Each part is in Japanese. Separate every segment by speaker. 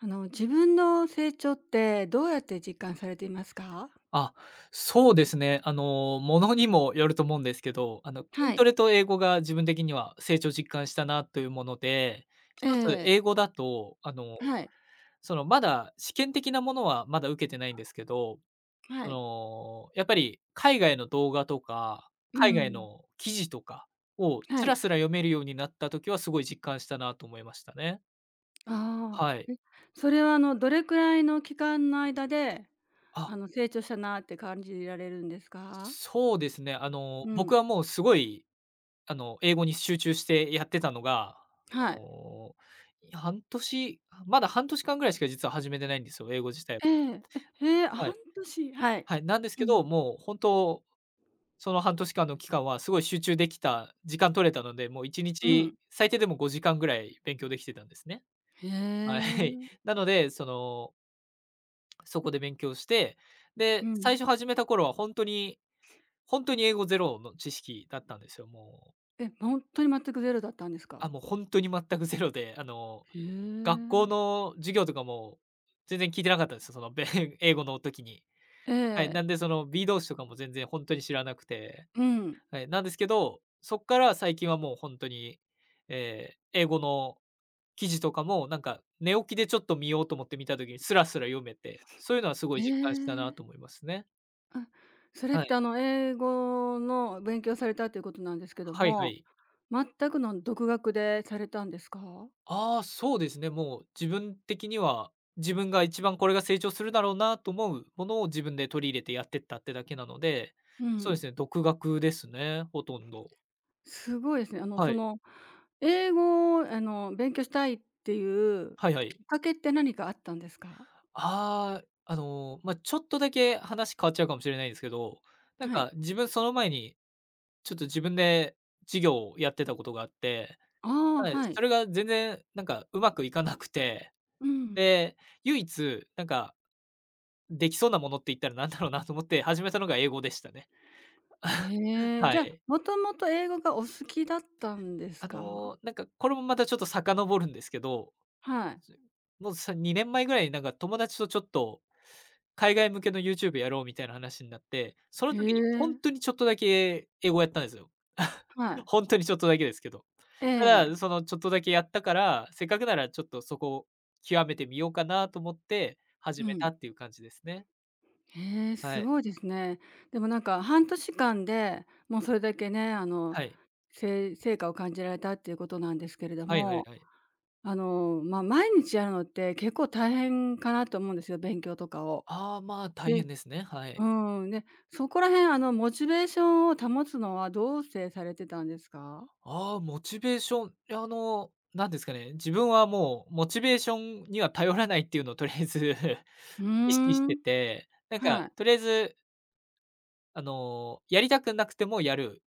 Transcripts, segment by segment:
Speaker 1: 自分の成長ってどうやって実感されていますか？
Speaker 2: あ、そうですね。ものにもよると思うんですけど、
Speaker 1: は
Speaker 2: 筋
Speaker 1: い。
Speaker 2: トレと英語が自分的には成長実感したなというもので、一
Speaker 1: え
Speaker 2: つ
Speaker 1: え、
Speaker 2: 英語だと、
Speaker 1: はい。
Speaker 2: まだ試験的なものはまだ受けてないんですけど、
Speaker 1: はい。
Speaker 2: やっぱり海外の動画とか、
Speaker 1: う
Speaker 2: 海外
Speaker 1: ん。
Speaker 2: の記事とかを
Speaker 1: は
Speaker 2: ス
Speaker 1: い。
Speaker 2: ラスラ読めるようになった時はすごい実感したなと思いましたね。
Speaker 1: あ
Speaker 2: はい。
Speaker 1: あ、それはどれくらいの期間の間で、
Speaker 2: あ、
Speaker 1: 成長したなって感じられるんですか？
Speaker 2: そうですね。
Speaker 1: う
Speaker 2: 僕
Speaker 1: ん、
Speaker 2: はもうすごい英語に集中してやってたのが、
Speaker 1: はい。
Speaker 2: お半年、まだ半年間ぐらいしか実は始めてないんですよ、英語自体。
Speaker 1: ええ、へえ、
Speaker 2: は
Speaker 1: 半
Speaker 2: い。
Speaker 1: 年、はい。
Speaker 2: はい、なんです
Speaker 1: う
Speaker 2: けど、
Speaker 1: ん、
Speaker 2: もう本当、その半年間の期間はすごい集中できた、時間取れたので、もう1
Speaker 1: うん。
Speaker 2: 日最低でも5時間ぐらい勉強できてたんですね。
Speaker 1: へ
Speaker 2: はい。
Speaker 1: え。
Speaker 2: なので、そこで勉強して、
Speaker 1: う
Speaker 2: で、
Speaker 1: ん。
Speaker 2: 最初始めた頃は本当に、本当に英語ゼロの知識だったんですよ、もう。
Speaker 1: え、ほんとに全くゼロだったんです
Speaker 2: あ、
Speaker 1: か？
Speaker 2: もう本当に全くゼロで、
Speaker 1: へ
Speaker 2: 学校
Speaker 1: え。
Speaker 2: の授業とかも、全然聞いてなかったんですよ、英語の時に。
Speaker 1: え
Speaker 2: はい、
Speaker 1: え。
Speaker 2: なんでその B 動詞とかも全然本当に知らなくて、
Speaker 1: うん。
Speaker 2: はい、なんですけど、そっから最近はもう本当に、えー英語の記事とかも、なんか、寝起きでちょっと見ようと思って見た時にスラスラ読めて、そういうのはすごい
Speaker 1: え
Speaker 2: 実感したなと
Speaker 1: え。
Speaker 2: 思いますね。
Speaker 1: あ、それっ
Speaker 2: は
Speaker 1: て
Speaker 2: い。
Speaker 1: 英語の勉強されたということなんですけど
Speaker 2: はいは
Speaker 1: も、
Speaker 2: い。
Speaker 1: 全くの独学でされたんですか？
Speaker 2: ああ、そうですね。もう自分的には、自分が一番これが成長するだろうなと思うものを自分で取り入れてやってったってだけなので、
Speaker 1: う
Speaker 2: そうで
Speaker 1: ん。
Speaker 2: すね、独学ですね、ほとんど。
Speaker 1: すごいですね。
Speaker 2: はい。
Speaker 1: 英語を勉強したいっていう
Speaker 2: はいはい。
Speaker 1: きっかけって何かあったんですか？
Speaker 2: ああ、ちょっとだけ話変わっちゃうかもしれないんですけど、なん
Speaker 1: はい。
Speaker 2: か自分その前に、ちょっと自分で事業をやってたことがあって、
Speaker 1: ああ、
Speaker 2: はい、
Speaker 1: は
Speaker 2: そ
Speaker 1: い。
Speaker 2: れが全然なんかうまくいかなくて、
Speaker 1: うん。
Speaker 2: で、唯一なんかできそうなものって言ったらなんだろうなと思って始めたのが英語でしたね。
Speaker 1: へえ、
Speaker 2: は
Speaker 1: じゃあ、
Speaker 2: い。
Speaker 1: もともと英語がお好きだったんですか？
Speaker 2: なんかこれもまたちょっと遡るんですけど、
Speaker 1: はい。
Speaker 2: もうさ2年前ぐらいになんか友達とちょっと海外向けの YouTube やろうみたいな話になって、その
Speaker 1: へ
Speaker 2: 時にほん
Speaker 1: え、
Speaker 2: とにちょっとだけ英語やったんですよ。
Speaker 1: はい。
Speaker 2: ほんとにちょっとだけですけど。
Speaker 1: え
Speaker 2: た
Speaker 1: え、
Speaker 2: だ、そのちょっとだけやったから、せっかくならちょっとそこを極めてみようかなと思って始
Speaker 1: う
Speaker 2: めた
Speaker 1: ん。
Speaker 2: っていう感じですね。
Speaker 1: へえ、
Speaker 2: は
Speaker 1: す
Speaker 2: い。
Speaker 1: ごいですね。でもなんか半年間で、もうそれだけね、
Speaker 2: はい。
Speaker 1: 成果を感じられたっていうことなんですけれど
Speaker 2: はいはい
Speaker 1: も、
Speaker 2: はい。
Speaker 1: まあ、毎日やるのって結構大変かなと思うんですよ、勉強とかを。
Speaker 2: ああ、まあ、大
Speaker 1: で
Speaker 2: 変ですね。はい。
Speaker 1: うん、で、そこら辺モチベーションを保つのはどうしてされてたんですか？
Speaker 2: ああ、モチベーション、いや、なんですかね、自分はもうモチベーションには頼らないっていうのをとりあえず
Speaker 1: うー
Speaker 2: 意識して
Speaker 1: ん、
Speaker 2: て、なんか
Speaker 1: はい。
Speaker 2: とりあえず、やりたくなくてもやる。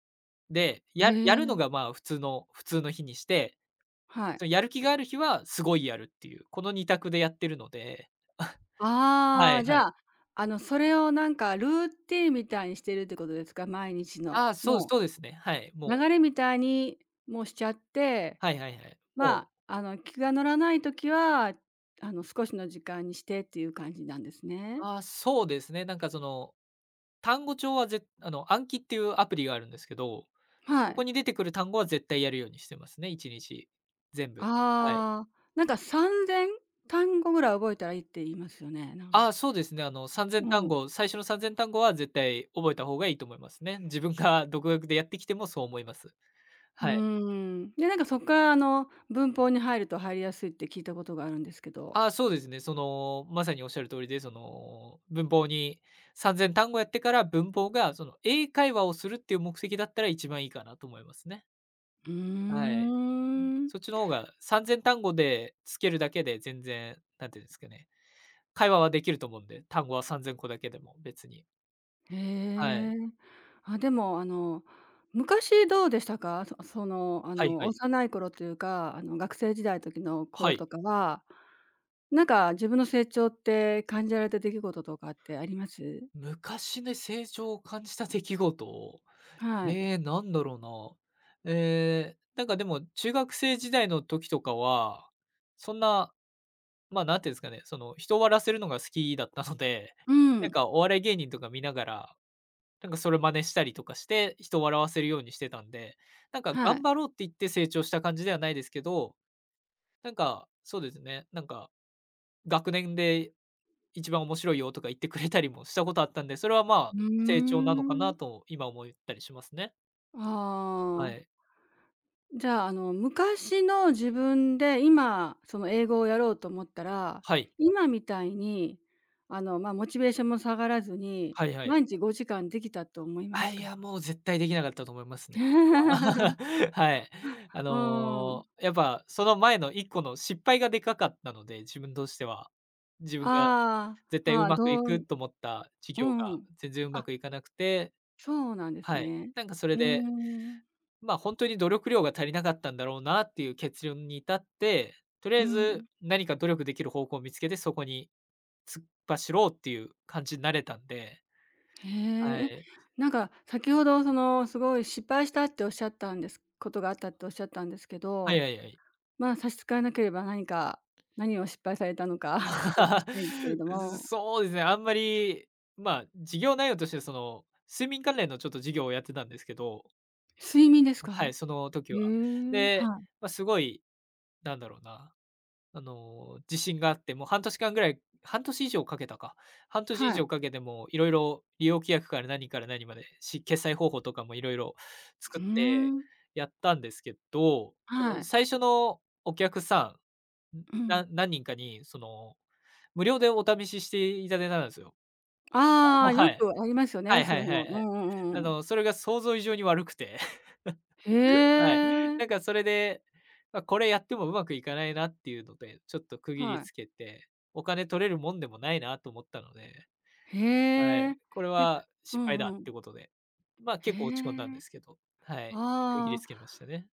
Speaker 2: で、
Speaker 1: へ
Speaker 2: やるや
Speaker 1: え、
Speaker 2: るのが、まあ、普通の日にして、
Speaker 1: はい。
Speaker 2: そのやる気がある日はすごいやるっていう、この二択でやってるので。は
Speaker 1: あ
Speaker 2: い
Speaker 1: あ、じ
Speaker 2: は
Speaker 1: ゃ
Speaker 2: い。
Speaker 1: あ、それをなんかルーティンみたいにしてるってことですか？毎日の。
Speaker 2: ああ、そう
Speaker 1: も
Speaker 2: そうですね。はい、
Speaker 1: う流
Speaker 2: もう、
Speaker 1: れみたいに、もうしちゃって、
Speaker 2: はいはいはい。
Speaker 1: まあ、
Speaker 2: もう、
Speaker 1: 気が乗らない時は、少しの時間にしてっていう感じなんですね。
Speaker 2: ああ、そうですね、なんかその単語帳はぜあの、暗記っていうアプリがあるんですけど、
Speaker 1: は
Speaker 2: そ
Speaker 1: い。
Speaker 2: こに出てくる単語は絶対やるようにしてますね、1日全部。はい。
Speaker 1: ああ、なんか3,000単語ぐらい覚えたらいいって言いますよね、なん
Speaker 2: あ
Speaker 1: か。
Speaker 2: あ、そうですね。あの、3 0
Speaker 1: う
Speaker 2: 単
Speaker 1: ん。
Speaker 2: 語、最初の3000単語は絶対覚えた方がいいと思いますね。自分が独学でやってきてもそう思います。
Speaker 1: うー
Speaker 2: はい。
Speaker 1: ん。で、なんかそこから、文法に入ると入りやすいって聞いたことがあるんですけど。
Speaker 2: ああ、そうですね。まさにおっしゃる通りで、文法に3000単語やってから、文法がその英会話をするっていう目的だったら一番いいかなと思いますね。
Speaker 1: う
Speaker 2: は
Speaker 1: ー
Speaker 2: い。ね、
Speaker 1: ん。
Speaker 2: そっちの方が3000単語でつけるだけで全然、なんていうんですかね、会話はできると思うんで、単語は3000個だけでも別に。
Speaker 1: へ
Speaker 2: は
Speaker 1: え。
Speaker 2: い。
Speaker 1: あ、でも、昔どうでしたか？その、
Speaker 2: はいはい。
Speaker 1: 幼い頃というか、学生時代時の
Speaker 2: は
Speaker 1: 頃
Speaker 2: い。
Speaker 1: とかは、なんか自分の成長って感じられた出来事とかってあります？
Speaker 2: 昔ね、成長を感じた出来事、
Speaker 1: はい。
Speaker 2: なんだろうな。ええ、なんかでも中学生時代の時とかは、そんな、まあ、何て言うんですかね、人を笑わせるのが好きだったので、
Speaker 1: う
Speaker 2: なん
Speaker 1: ん。
Speaker 2: かお笑い芸人とか見ながら、なんかそれ真似したりとかして、人を笑わせるようにしてたんで、なんか
Speaker 1: は
Speaker 2: 頑
Speaker 1: い。
Speaker 2: 張ろうって言って成長した感じではないですけど、なんか、そうですね、なんか学年で一番面白いよとか言ってくれたりもしたことあったんで、それはまあ、
Speaker 1: うー
Speaker 2: 成長なのかな
Speaker 1: ん。
Speaker 2: と今思ったりしますね。は
Speaker 1: あ
Speaker 2: い。
Speaker 1: あ。じゃあ、昔の自分で今、その英語をやろうと思ったら、
Speaker 2: はい。
Speaker 1: 今みたいに、モチベーションも下がらずに、
Speaker 2: はいはい。
Speaker 1: 毎日5時間できたと思いま
Speaker 2: あ、
Speaker 1: す
Speaker 2: い
Speaker 1: か？
Speaker 2: や、もう絶対できなかったと思いますね。それ は はい。
Speaker 1: うーん。
Speaker 2: やっぱその前の一個の失敗がでかかったので、自分としては。自分
Speaker 1: あ
Speaker 2: が
Speaker 1: あ、
Speaker 2: 絶対
Speaker 1: ま
Speaker 2: う
Speaker 1: あ、
Speaker 2: まくいくと思った授
Speaker 1: う
Speaker 2: 業が
Speaker 1: ん。
Speaker 2: 全然うま
Speaker 1: あ、
Speaker 2: くいかなくて、
Speaker 1: そうなんです
Speaker 2: はい。
Speaker 1: ね。
Speaker 2: なんかそ
Speaker 1: う
Speaker 2: れ
Speaker 1: ー
Speaker 2: で
Speaker 1: ん。
Speaker 2: まあ、本当に努力量が足りなかったんだろうなっていう結論に至って、とりあ
Speaker 1: う
Speaker 2: え
Speaker 1: ん。
Speaker 2: ず何か努力できる方向を見つけて、そこに突っ走ろうっていう感じになれたんで、
Speaker 1: へ
Speaker 2: は
Speaker 1: え、
Speaker 2: い。
Speaker 1: なんか先ほどその、すごい失敗したっておっしゃったんですことがあったっておっしゃったんですけ
Speaker 2: はい
Speaker 1: ど、
Speaker 2: はいはい。
Speaker 1: 差し支えなければ何か、何を失敗されたのか ちょっとお聞きしたいんですけれど も。
Speaker 2: そうですね、あんまり、まあ、授業内容としてその、睡眠関連のちょっと授業をやってたんですけど、
Speaker 1: 睡眠です
Speaker 2: は
Speaker 1: か？
Speaker 2: い、その時
Speaker 1: へ
Speaker 2: は。
Speaker 1: え、
Speaker 2: で、
Speaker 1: はい、
Speaker 2: まあ、すごい、なんだろうな自信があって、もう半年間ぐらい半年以上かけたか。半年以
Speaker 1: はい。
Speaker 2: 上かけてもいろいろ利用規約から何から何まで、決済方法とかもいろいろ作
Speaker 1: う
Speaker 2: っ
Speaker 1: ー
Speaker 2: て
Speaker 1: ん、
Speaker 2: やったんですけど、そ
Speaker 1: は
Speaker 2: の
Speaker 1: い。
Speaker 2: 最初のお客さん、
Speaker 1: うん。
Speaker 2: 何人かに、無料でお試ししていただいたんですよ。
Speaker 1: ああ、よ
Speaker 2: はい。
Speaker 1: くありますよ
Speaker 2: は
Speaker 1: ね、
Speaker 2: い
Speaker 1: そ
Speaker 2: は
Speaker 1: ういう
Speaker 2: いはいは
Speaker 1: の。う
Speaker 2: い。
Speaker 1: んうんうんうん。
Speaker 2: それが想像以上に悪くて。
Speaker 1: へ
Speaker 2: はい。
Speaker 1: え、
Speaker 2: なんかそれで、これやってもうまくいかないなっていうので、ちょっと区切
Speaker 1: は
Speaker 2: り
Speaker 1: い。
Speaker 2: つけて、お金取れるもんでもないなと思ったので、は
Speaker 1: へえ、
Speaker 2: い、これ
Speaker 1: いや、
Speaker 2: は
Speaker 1: う
Speaker 2: 失敗だ
Speaker 1: んう
Speaker 2: っ
Speaker 1: ん。
Speaker 2: てことで、
Speaker 1: へ
Speaker 2: 結構落ち込んだんで
Speaker 1: え、
Speaker 2: すけど、はい、区切り
Speaker 1: あ
Speaker 2: つけましたね。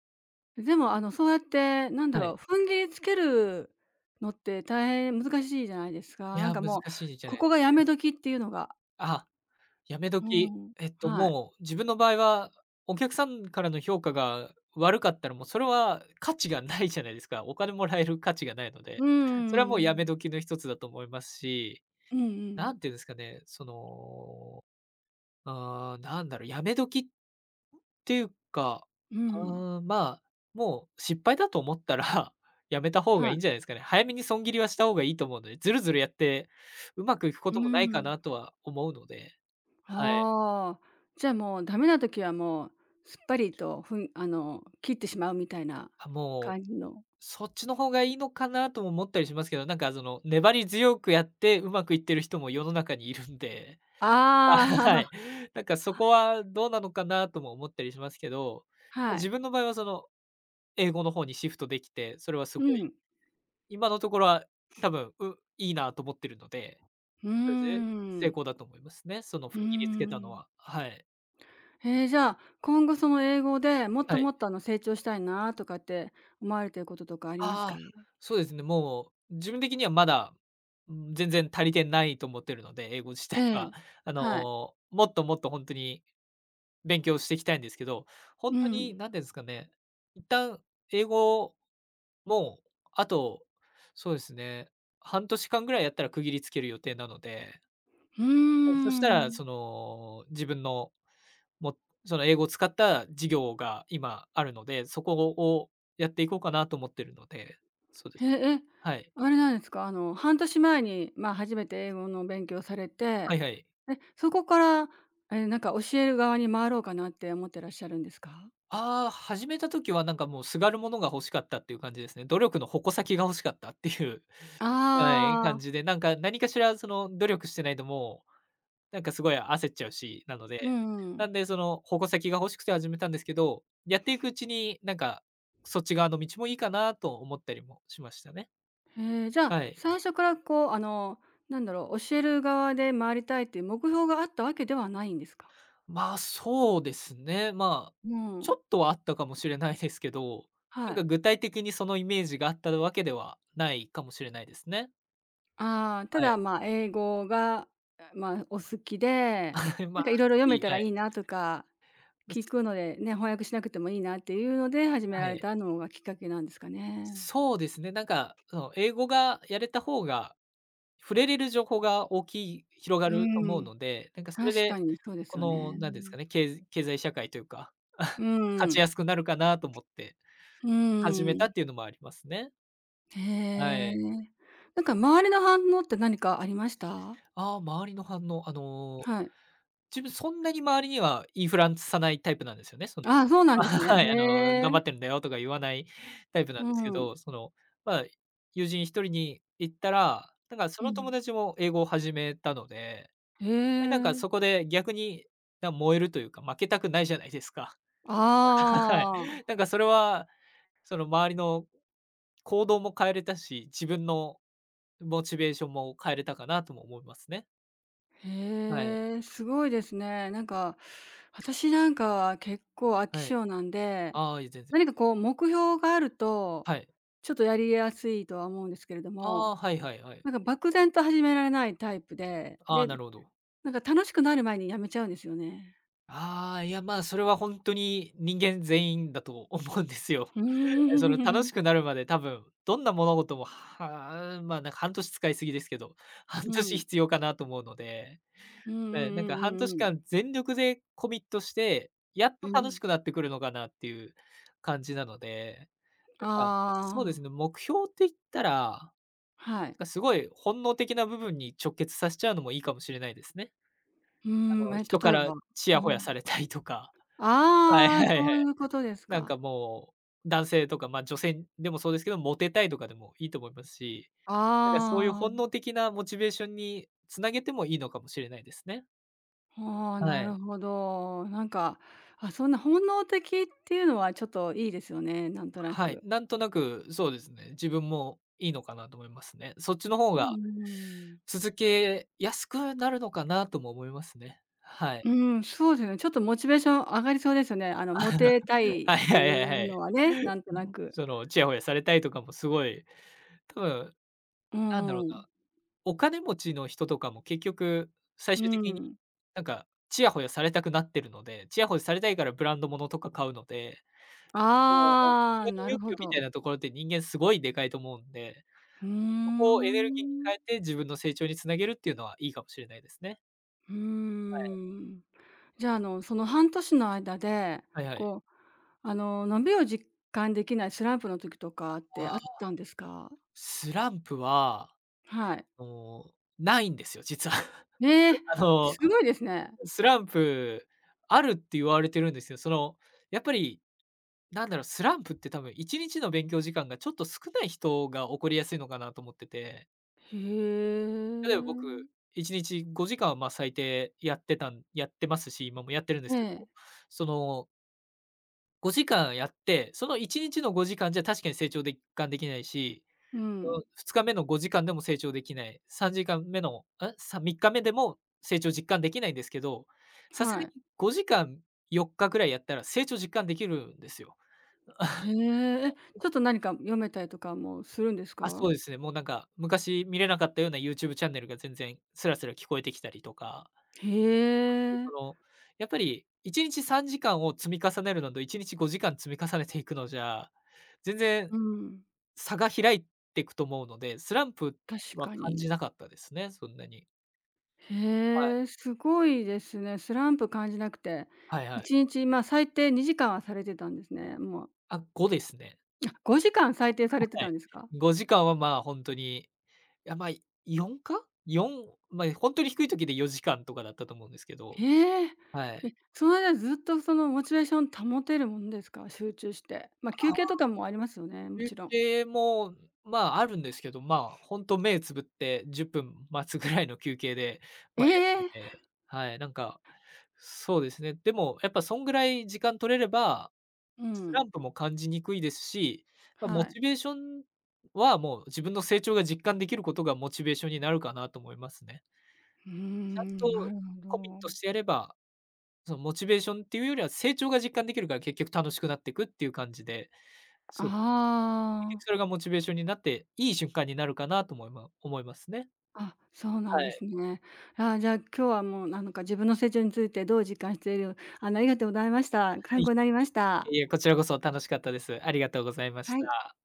Speaker 1: あ、でもそうやってなんだ
Speaker 2: は
Speaker 1: ろ
Speaker 2: い。
Speaker 1: う、踏ん切りつけるのって大変難しいじゃないですか。
Speaker 2: い
Speaker 1: なん
Speaker 2: や、
Speaker 1: か
Speaker 2: 難
Speaker 1: もう、
Speaker 2: しいじゃな
Speaker 1: こ
Speaker 2: い。
Speaker 1: こがやめ時っていうのが、
Speaker 2: あ、やめ
Speaker 1: う
Speaker 2: 時、
Speaker 1: ん、はい。
Speaker 2: もう自分の場合は、お客さんからの評価が悪かったら、もうそれは価値がないじゃないですか。お金もらえる価値がないので、
Speaker 1: うー
Speaker 2: それはもうやめ
Speaker 1: ん。
Speaker 2: 時の一つだと思いますし、
Speaker 1: うんう
Speaker 2: な
Speaker 1: ん。
Speaker 2: んていうんですかね、なんだろう、やめ時っていうか、
Speaker 1: う
Speaker 2: あ
Speaker 1: ん、
Speaker 2: ーまあ、もう失敗だと思ったら やめた方が
Speaker 1: は
Speaker 2: いい
Speaker 1: い。
Speaker 2: んじゃないですかね。早めに損切りはした方がいいと思うので、ずるずるやってうまくいくこ
Speaker 1: うー
Speaker 2: ともないか
Speaker 1: ん。
Speaker 2: なとは思うので、はい。
Speaker 1: ああ、じゃあ、もうダメな時はもう、すっぱりと、ふんあの、切ってしまうみたいな
Speaker 2: あ、もう、
Speaker 1: 感じの。
Speaker 2: そっちの方がいいのかなとも思ったりしますけど、なんかその、粘り強くやってうまくいってる人も世の中にいるんで。あ、
Speaker 1: ああ、
Speaker 2: はい。なんかそこはどうなのかなとも思ったりしますけど、
Speaker 1: は
Speaker 2: 自
Speaker 1: い。
Speaker 2: 分の場合はその英語の方にシフトできて、それはす
Speaker 1: う
Speaker 2: ごい、
Speaker 1: ん。
Speaker 2: 今のところは多分、いいなと思ってるので、
Speaker 1: うー
Speaker 2: そうですね、成
Speaker 1: ん。
Speaker 2: 功だと思いますね。その
Speaker 1: うー
Speaker 2: 踏ん切りつけたの
Speaker 1: ん。
Speaker 2: は。はい。
Speaker 1: へえ、じゃあ、今後その英語でもっ
Speaker 2: は
Speaker 1: と
Speaker 2: い。
Speaker 1: もっと、成長したいなとかって思われてることとかありますか？
Speaker 2: ああ、そうですね、もう自分的にはまだ、うん、全然足りてないと思ってるので、英語自
Speaker 1: え
Speaker 2: 体
Speaker 1: え。
Speaker 2: は。
Speaker 1: はい。
Speaker 2: もっともっと本当に勉強していきたいんですけど、
Speaker 1: う
Speaker 2: 本当に
Speaker 1: ん。
Speaker 2: 何て言うんですかね、一旦英語もう、あと、そうですね、半年間ぐらいやったら区切りつける予定なので、
Speaker 1: うー
Speaker 2: そしたら
Speaker 1: ん。
Speaker 2: その、自分の、もその英語を使った事業が今あるので、そこをやっていこうかなと思ってるので、そうです。
Speaker 1: へえ、
Speaker 2: はい。
Speaker 1: あれなんですか、半年前に、まあ、初めて英語の勉強されて、
Speaker 2: はいはい。
Speaker 1: そこから、なんか教える側に回ろうかなって思ってらっしゃるんですか？
Speaker 2: ああ、始めた時はなんかもうすがるものが欲しかったっていう感じですね。努力の矛先が欲しかったっていう、はい、
Speaker 1: あ
Speaker 2: 感
Speaker 1: あ、
Speaker 2: じで、なんか何かしらその努力してないと、もうなんかすごい焦っちゃうし、なの
Speaker 1: う
Speaker 2: で、
Speaker 1: んう
Speaker 2: な
Speaker 1: ん。
Speaker 2: んでその保護先が欲しくて始めたんですけど、やっていくうちになんか、そっち側の道もいいかなと思ったりもしましたね。
Speaker 1: へえ、じゃあ、
Speaker 2: はい。
Speaker 1: 最初からこう、なんだろう、教える側で回りたいっていう目標があったわけではないんですか？
Speaker 2: まあ、そうですね。まあ、
Speaker 1: う
Speaker 2: ち
Speaker 1: ん、
Speaker 2: ょっとはあったかもしれないですけど、な
Speaker 1: は
Speaker 2: ん
Speaker 1: い。
Speaker 2: か具体的にそのイメージがあったわけではないかもしれないですね。
Speaker 1: ああ、た
Speaker 2: は
Speaker 1: だ、
Speaker 2: い。
Speaker 1: まあ、英語が、まあ、お好きで、
Speaker 2: ま
Speaker 1: なん
Speaker 2: あ、
Speaker 1: かいろいろ読
Speaker 2: 好
Speaker 1: め
Speaker 2: き
Speaker 1: た
Speaker 2: は
Speaker 1: らい
Speaker 2: い。
Speaker 1: いなとか
Speaker 2: す
Speaker 1: 聞くので、ね、翻訳しなくてもいいなっていうので始め
Speaker 2: は
Speaker 1: られ
Speaker 2: い。
Speaker 1: たのがきっかけなんですかね。
Speaker 2: そうですね、なんかその英語がやれた方が触れれる情報が大きい広が
Speaker 1: う
Speaker 2: ると思う
Speaker 1: ん。
Speaker 2: ので、なんかそれ
Speaker 1: 確か
Speaker 2: で、
Speaker 1: にそうです
Speaker 2: こ
Speaker 1: よ
Speaker 2: の
Speaker 1: ね。
Speaker 2: なんですかね、経済社会というか、
Speaker 1: う
Speaker 2: 勝ち
Speaker 1: ん、
Speaker 2: やすくなるかなと思って
Speaker 1: う
Speaker 2: 始め
Speaker 1: ー
Speaker 2: た
Speaker 1: ん。
Speaker 2: っていうのもありますね。
Speaker 1: へ
Speaker 2: は
Speaker 1: え。
Speaker 2: い。
Speaker 1: なんか周りの反応って何かありました？
Speaker 2: ああ、周りの反応、
Speaker 1: はい。
Speaker 2: 自分そんなに周りには言いふンスさないタイプなんですよね、その。
Speaker 1: ああ、そう なん
Speaker 2: あ、
Speaker 1: ですね。
Speaker 2: はい、
Speaker 1: へ
Speaker 2: 頑
Speaker 1: え。
Speaker 2: 張ってるんだよとか言わないタイプな
Speaker 1: う
Speaker 2: んですけ
Speaker 1: ん。
Speaker 2: ど、その、まあ、友人一人に行ったら、なんかそ
Speaker 1: う
Speaker 2: の友
Speaker 1: ん。
Speaker 2: 達も英語を始めたので
Speaker 1: へ
Speaker 2: でなんか
Speaker 1: え。
Speaker 2: そこで逆に、燃えるというか、負けたくないじゃないですか。はい。
Speaker 1: ああ。
Speaker 2: なんかそれは、その周りの行動も変えれたし、自分のモチベーションも変えれたかなとも思いますね。はい。
Speaker 1: へえ、すごいですね。なんか、私なんかは結構飽き
Speaker 2: はい。
Speaker 1: 性なんで、
Speaker 2: ああ、いや全然。
Speaker 1: 何かこう目標があると、
Speaker 2: はい。
Speaker 1: ちょっとやりやすいとは思うんですけれど
Speaker 2: あ
Speaker 1: も、
Speaker 2: あ、はいはいはい。
Speaker 1: なんか漠然と始められないタイプで、
Speaker 2: ああ、
Speaker 1: で、
Speaker 2: なるほど。
Speaker 1: なんか楽しくなる前にやめちゃうんですよね。
Speaker 2: ああ、いや、まあ、それは本当に人間全員だと思うんですよ。
Speaker 1: うー
Speaker 2: その楽
Speaker 1: ん。
Speaker 2: しくなるまで多分、どんな物事も、はあ、まあ、なんか半年使いすぎですけど、半
Speaker 1: う
Speaker 2: 年
Speaker 1: ん。
Speaker 2: 必要かなと思うので。
Speaker 1: うんう
Speaker 2: え、なん
Speaker 1: んう
Speaker 2: か
Speaker 1: ん
Speaker 2: 半
Speaker 1: うん
Speaker 2: 年
Speaker 1: うん。
Speaker 2: 間全力でコミットして、やっと
Speaker 1: う
Speaker 2: 楽し
Speaker 1: ん。
Speaker 2: くなってくるのかなっていう感じなので、
Speaker 1: あ
Speaker 2: なんか、そうで
Speaker 1: あ、
Speaker 2: すね、目標って言ったら、
Speaker 1: はい。
Speaker 2: なんかすごい本能的な部分に直結させちゃうのもいいかもしれないですね。
Speaker 1: うー
Speaker 2: あ
Speaker 1: ん、
Speaker 2: の、人か
Speaker 1: 例え
Speaker 2: ら
Speaker 1: ば
Speaker 2: ち
Speaker 1: う
Speaker 2: やほやさ
Speaker 1: ん。
Speaker 2: れたりとか、はい
Speaker 1: ああ、
Speaker 2: はいはい。
Speaker 1: そういうことです
Speaker 2: なんか
Speaker 1: か。
Speaker 2: もう、男性とか、ま、女性でもそうですけど、モテたいとかでもいいと思いますし、なんかそういう
Speaker 1: あ
Speaker 2: 本
Speaker 1: あ。
Speaker 2: 能的なモチベーションにつなげてもいいのかもしれないですね。
Speaker 1: ああ、な
Speaker 2: は
Speaker 1: る
Speaker 2: い。
Speaker 1: ほど。なんか、あ、そんな本能的っていうのはちょっといいですよね、なんとな
Speaker 2: はい、
Speaker 1: く。
Speaker 2: なんとなくそうですね、自分もいいのかなと思いますね。そっちの方
Speaker 1: う
Speaker 2: が
Speaker 1: ん。
Speaker 2: 続けやすくなるのかなとも思いますね。はい。
Speaker 1: うん、そうですよね。ちょっとモチベーション上がりそうですよね。モテた いっ
Speaker 2: はい
Speaker 1: てい
Speaker 2: はいはいは
Speaker 1: う
Speaker 2: い。
Speaker 1: のはね、なんとな く。
Speaker 2: その、ちやほやされたいとかもすごい、多分
Speaker 1: う
Speaker 2: なんだ
Speaker 1: ん
Speaker 2: ろう
Speaker 1: う
Speaker 2: な、
Speaker 1: ん、
Speaker 2: お金持ちの人とかも結局最終的になんかちやほやされたくなってるので、ちやほやされたいからブランド物とか買うので、もう本当
Speaker 1: ああ、
Speaker 2: 承認
Speaker 1: なる
Speaker 2: 欲
Speaker 1: ほ
Speaker 2: 求みたい
Speaker 1: ど。
Speaker 2: なところって人間すごいでかいと思うんで、
Speaker 1: ふー
Speaker 2: そこをエネルギーに
Speaker 1: ん。
Speaker 2: 変えて、自分の成長につなげるっていうのはいいかもしれないですね。
Speaker 1: うーん。じゃあ、その半年の間で、
Speaker 2: はいはい。
Speaker 1: こう、伸びを実感できないスランプの時とかっ
Speaker 2: あ
Speaker 1: て
Speaker 2: あ、
Speaker 1: あったんですか？
Speaker 2: スランプは、
Speaker 1: はい。
Speaker 2: あの、ないんですよ、実は。
Speaker 1: ええ、
Speaker 2: あの、
Speaker 1: すごいですね。
Speaker 2: スランプあるって言われてるんですよ。その、やっぱり、なんだろう、スランプって多分1日の勉強時間がちょっと少ない人が起こりやすいのかなと思ってて、
Speaker 1: へ
Speaker 2: 例えば僕、
Speaker 1: え。
Speaker 2: 1日5時間はまあ最低やってますし、今もやってるんです
Speaker 1: え
Speaker 2: けど、
Speaker 1: え、
Speaker 2: その5時間やって、その1日の5時間じゃ確かに成長ができないし、
Speaker 1: う
Speaker 2: うん、
Speaker 1: ん、
Speaker 2: 2日目の5時間でも成長できない、3時間目のん、さ3日目でも成長実感できないんですけど、さすが
Speaker 1: はい。
Speaker 2: に5時間、4日ぐらいやったら成長実感できるんですよ。
Speaker 1: へえ、ちょっと何か読めたりとかもするんです
Speaker 2: あ、
Speaker 1: か？
Speaker 2: そうですね、もうなんか昔見れなかったような YouTube チャンネルが全然スラスラ聞こえてきたりとか、
Speaker 1: へ
Speaker 2: で、そ
Speaker 1: え。
Speaker 2: の、やっぱり1日3時間を積み重ねるのと1日5時間積み重ねていくのじゃ、全然
Speaker 1: うん、
Speaker 2: 差が開いてくと思うので、スランプ
Speaker 1: 確
Speaker 2: は
Speaker 1: か
Speaker 2: 感じ
Speaker 1: に。
Speaker 2: なかったですね、そんなに。はい。
Speaker 1: へえ、すごいですね。スランプ感じなくて、
Speaker 2: はいはい。
Speaker 1: 1日、まあ、最低2時間はされてたんですね。もう、
Speaker 2: あ、5ですね。
Speaker 1: 5時間最低されて
Speaker 2: は
Speaker 1: た
Speaker 2: い。
Speaker 1: んですか？
Speaker 2: 5時間は、まあ、ほんとに、いや、ま、4か？4、ま、ほんとに低い時で4時間とかだったと思うんですけど、
Speaker 1: ええ。
Speaker 2: はい。
Speaker 1: その間ずっとそのモチベーション保てるもんですか？集中して。まあ、休憩とかもありますよね、も
Speaker 2: 休
Speaker 1: ちろん。
Speaker 2: 憩も、まあ、あるんですけど、まあ、ほんと目つぶって10分待つぐらいの休憩で、
Speaker 1: え
Speaker 2: ま、やっ
Speaker 1: え！
Speaker 2: てて、はい、なんか、そうですね、でもやっぱそんぐらい時間取れれば、
Speaker 1: う
Speaker 2: ス
Speaker 1: ん、
Speaker 2: ランプも感じにくいですし、
Speaker 1: は
Speaker 2: モ
Speaker 1: い。
Speaker 2: チベーションはもう自分の成長が実感できることがモチベーションになるかなと思いますね。
Speaker 1: うー
Speaker 2: ちゃん
Speaker 1: ん、な
Speaker 2: と
Speaker 1: る
Speaker 2: コミッ
Speaker 1: ほ
Speaker 2: ト
Speaker 1: ど。
Speaker 2: してやれば、そのモチベーションっていうよりは成長が実感できるから結局楽しくなっていくっていう感じで、そう、結
Speaker 1: あ
Speaker 2: 局それがモチベーションになって、いい瞬間になるかなと思いますね。
Speaker 1: あ、あ、そうなん
Speaker 2: はい。
Speaker 1: で
Speaker 2: は
Speaker 1: すね。じゃあ、今日はもうなんか自分の成長についてどう実感しているありがとうございました。参
Speaker 2: い。
Speaker 1: 考になりました。
Speaker 2: いえ、こちらこそ楽しかったです。ありがとうございまし
Speaker 1: はい。
Speaker 2: た。